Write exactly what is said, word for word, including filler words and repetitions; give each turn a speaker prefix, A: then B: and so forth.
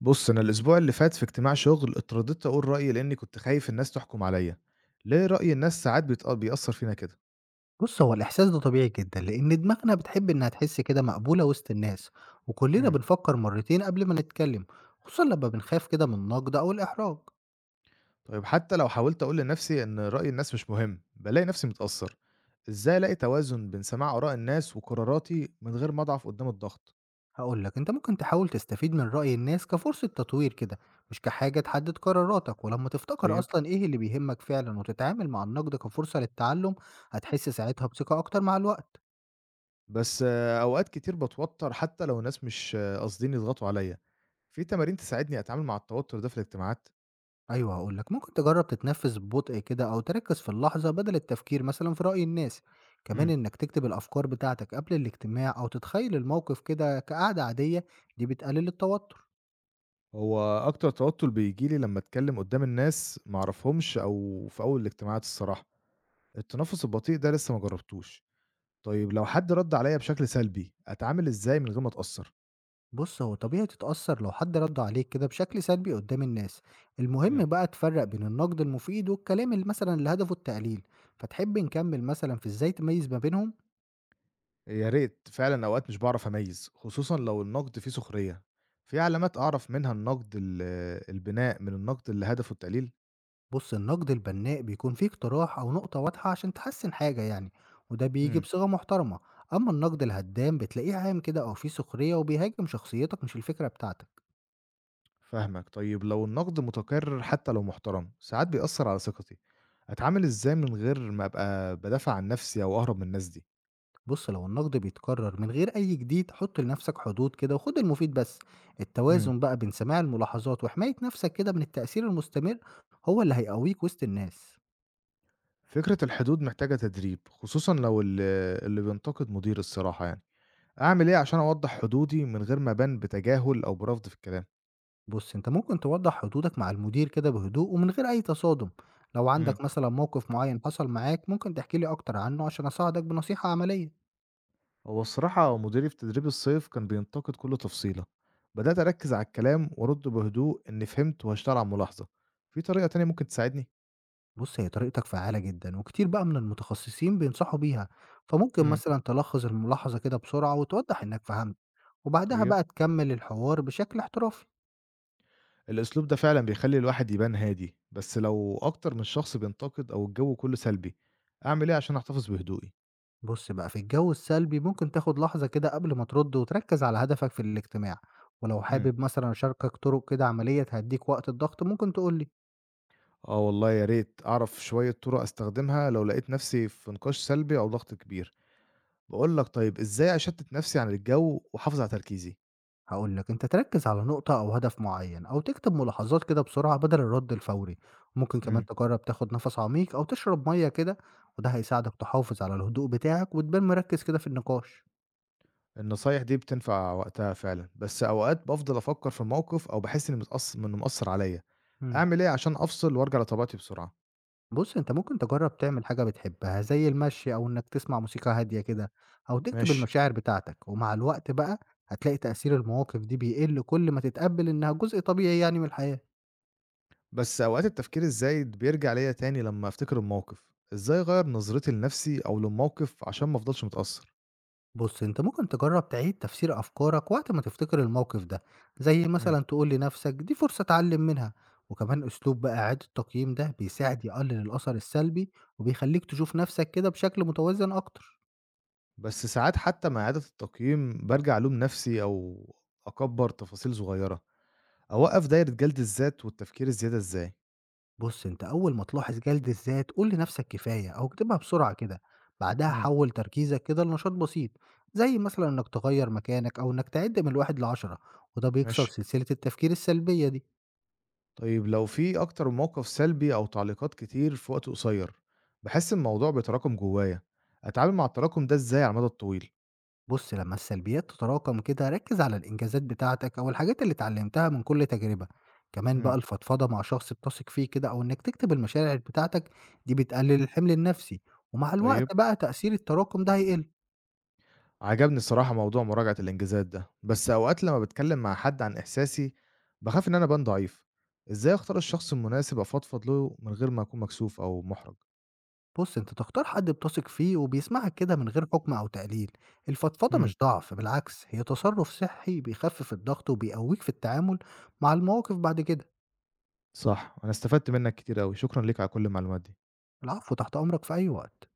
A: بص، أنا الأسبوع اللي فات في اجتماع شغل اترددت أقول رأيي لأني كنت خايف الناس تحكم عليا. ليه رأي الناس ساعات بيتق- بيأثر فينا كده؟
B: بُص، هو الإحساس ده طبيعي جدًا، لإن دماغنا بتحب إنها تحس كده مقبولة وسط الناس، وكلنا
A: مم.
B: بنفكر مرتين قبل ما نتكلم، خصوصًا لما بنخاف كده من النقد أو الإحراج.
A: طيب، حتى لو حاولت أقول لنفسي إن رأي الناس مش مهم بلاقي نفسي متأثر. إزاي ألاقي توازن بين سماع آراء الناس وقراراتي من غير ما أضعف قدام الضغط؟
B: هاقول لك، أنت ممكن تحاول تستفيد من رأي الناس كفرصة تطوير كده، مش كحاجة تحدد قراراتك، ولما تفتكر
A: طيب.
B: أصلًا إيه اللي بيهمك فعلًا وتتعامل مع النقد كفرصة للتعلم، هتحس ساعتها بثقة أكتر مع الوقت.
A: بس آه، أوقات كتير بتوتر حتى لو الناس مش آه، قاصدين يضغطوا عليا. في تمارين تساعدني أتعامل مع التوتر ده في الاجتماعات؟
B: أيوه، هاقول لك، ممكن تجرّب تتنفّس ببطء كده أو تركّز في اللحظة بدل التفكير مثلًا في رأي الناس، كمان إنّك تكتب الأفكار بتاعتك قبل الاجتماع أو تتخيّل الموقف كده كقعدة عادية، دي بتقلل التوتر.
A: هو أكتر توتُّر بييجي لي لمّا أتكلّم قُدّام الناس ما أعرفهمش أو في أول الاجتماعات الصراحة، التنفُّس البطيء ده لسه ما جرّبتوش. طيب، لو حد رَد عليّا بشكل سلبي، أتعامل إزاي من غير ما أتأثّر؟
B: بُص، هو طبيعي تتأثّر لو حد رَد عليك كده بشكل سلبي قدّام الناس، المهم
A: إمم.
B: بقى تفرّق بين النقد المفيد والكلام اللي مثلًا اللي هدفه التقليل، فتحب نكمّل مثلًا في إزاي تميّز ما بينهم؟
A: يا ريت، فعلًا أوقات مش باعرف أميّز، خصوصًا لو النقد فيه سخرية. في علامات أعرف منها النقد ال البناء من النقد اللي هدفه التقليل؟
B: بُص، النقد البناء بيكون فيه اقتراح أو نقطة واضحة عشان تحسّن حاجة يعني، وده بييجي
A: إمم.
B: بصيغة محترمة، أمّا النقد الهدّام بتلاقيه عام كده أو فيه سخرية وبيهاجم شخصيتك مش الفكرة بتاعتك.
A: فاهمك، طيب لو النقد متكرّر حتى لو محترم، ساعات بيأثّر على ثقتي، أتعامل إزاي من غير ما أبقى بادافع عن نَفْسي أو أهرب من الناس دي؟
B: بُص، لو النقد بيتكرر من غير أي جديد، حُط لنفسك حدود كده وخُد المفيد بس،
A: إمم.
B: التوازن بقى بين سماع الملاحظات وحماية نفسك كده من التأثير المستمر هو اللي هيقويك وسط الناس.
A: فكرة الحدود محتاجة تدريب، خصوصًا لو ال اللي بينتقد مدير الصراحة يعني. أعمل إيه عشان أوضّح حدودي من غير ما أبان بتجاهل أو برفض في الكلام؟
B: بُص، أنت ممكن توضّح حدودك مع المدير كده بهدوء ومن غير أي تصادم، لو
A: إمم.
B: عندك مثلًا موقف معيّن حصل معاك ممكن تحكي لي أكتر عنه عشان أساعدك بنصيحة عملية.
A: هو الصراحة مديري في تدريب الصيف كان بينتقد كل تفصيلة. بدأت أركّز على الكلام وأرُد بهدوء إنّي فهمت وهاشتغل على الملاحظة. في طريقة تانية ممكن تساعدني؟
B: بُص، هي طريقتك فعّالة جدًا، وكتير بقى من المتخصصين بينصحوا بيها، فممكن
A: إمم.
B: مثلًا تلخّص الملاحظة كده بسرعة وتوضّح إنك فهمت، وبعدها
A: طيب.
B: بقى تكمّل الحوار بشكل احترافي.
A: الأسلوب ده فعلًا بيخلّي الواحد يبان هادي، بس لو أكتر من شخص بينتقد أو الجو كُلّه سلبي، أعمل إيه عشان أحتفظ بهدوئي؟
B: بُص بقى، في الجو السلبي ممكن تاخد لحظة كده قبل ما ترُد وتركّز على هدفك في الاجتماع، ولو
A: إمم.
B: حابب مثلًا أشاركك طرق كده عملية تهدّيك وقت الضغط ممكن تقول لي.
A: آه والله يا ريت أعرف شوية طُرق أستخدمها لو لقيت نفسي في نقاش سلبي أو ضغط كبير. باقول لك، طيب إزاي أشتت نفسي عن الجو وأحافظ على تركيزي؟
B: هاقول لك، أنت تركّز على نقطة أو هدف معيّن أو تكتب ملاحظات كده بسرعة بدل الرد الفوري، ممكن كمان
A: إمم.
B: تجرّب تاخد نَفَس عميق أو تشرب مَيّة كده، وده هيساعدك تحافظ على الهدوء بتاعك وتبان مركّز كده في النقاش.
A: النصايح دي بتنفع وقتها فعلًا، بس أوقات بافضل أفكر في الموقف أو باحس إني متأث إنه مأثّر عليَّ،
B: إمم.
A: أعمل إيه عشان أفصل وأرجع لطبيعتي بسرعة؟
B: بُص، أنت ممكن تجرّب تعمل حاجة بتحبها زي المشي أو إنّك تسمع موسيقى هادية كده أو تكتب
A: ماشي.
B: المشاعر بتاعتك، ومع الوقت بقى هتلاقي تأثير المواقف دي بيقل كل ما تتقبّل إنّها جزء طبيعي يعني من الحياة.
A: بس أوقات التفكير الزايد بيرجع ليَّ تاني لمّا أفتكر الموقف، إزاي أغيّر نظرتي لنفسي أو للموقف عشان ما أفضلش متأثّر؟
B: بُص، أنت ممكن تجرّب تعيد تفسير أفكارك وقت ما تفتكر الموقف ده، زي مثلًا تقول لنفسك دي فرصة أتعلم منها، وكمان أسلوب بقى إعادة التقييم ده بيساعد يقلل الأثر السلبي وبيخلّيك تشوف نفسك كده بشكل متوازن أكتر.
A: بس ساعات حتى مع إعادة التقييم بارجع ألوم نفسي أو أكبّر تفاصيل صغيرة. أوقّف دايرة جلد الذات والتفكير الزيادة إزاي؟
B: بُص، أنت أول ما تلاحظ جلد الذات قُل لنفسك كفاية أو اكتبها بسرعة كده، بعدها
A: امم.
B: حوّل تركيزك كده لنشاط بسيط، زي مثلًا إنك تغيّر مكانك أو إنك تعد من واحد لعشرة، وده بيكسر
A: ماشي.
B: سلسلة التفكير السلبية دي.
A: طيب لو في أكتر من موقف سلبي أو تعليقات كتير في وقت قصير، باحس الموضوع بيتراكم جوايا، أتعامل مع التراكم ده إزاي على المدى الطويل؟
B: بُص، لمّا السلبيات تتراكم كده ركّز على الإنجازات بتاعتك أو الحاجات اللي اتعلمتها من كل تجربة، كمان بقى
A: امم.
B: الفضفضة مع شخص بتثق فيه كده أو إنك تكتب المشاعر بتاعتك دي بتقلل الحمل النفسي، ومع
A: طيب.
B: الوقت بقى تأثير التراكم ده هيقل.
A: عجبني الصراحة موضوع مراجعة الإنجازات ده، بس أوقات لمّا باتكلم مع حد عن إحساسي باخاف إن أنا أبان ضعيف، إزاي أختار الشخص المناسب أفضفض له من غير ما أكون مكسوف أو مُحرج؟
B: بُص، أنت تختار حد بتثق فيه وبيسمعك كده من غير حكم أو تقليل، الفضفضة
A: مم.
B: مش ضعف، بالعكس هي تصرف صحي بيخفف الضغط وبيقويك في التعامل مع المواقف بعد كده.
A: صح، أنا استفدت منّك كتير أوي، شكرًا ليك على كل المعلومات دي.
B: العفو، تحت أمرك في أي وقت.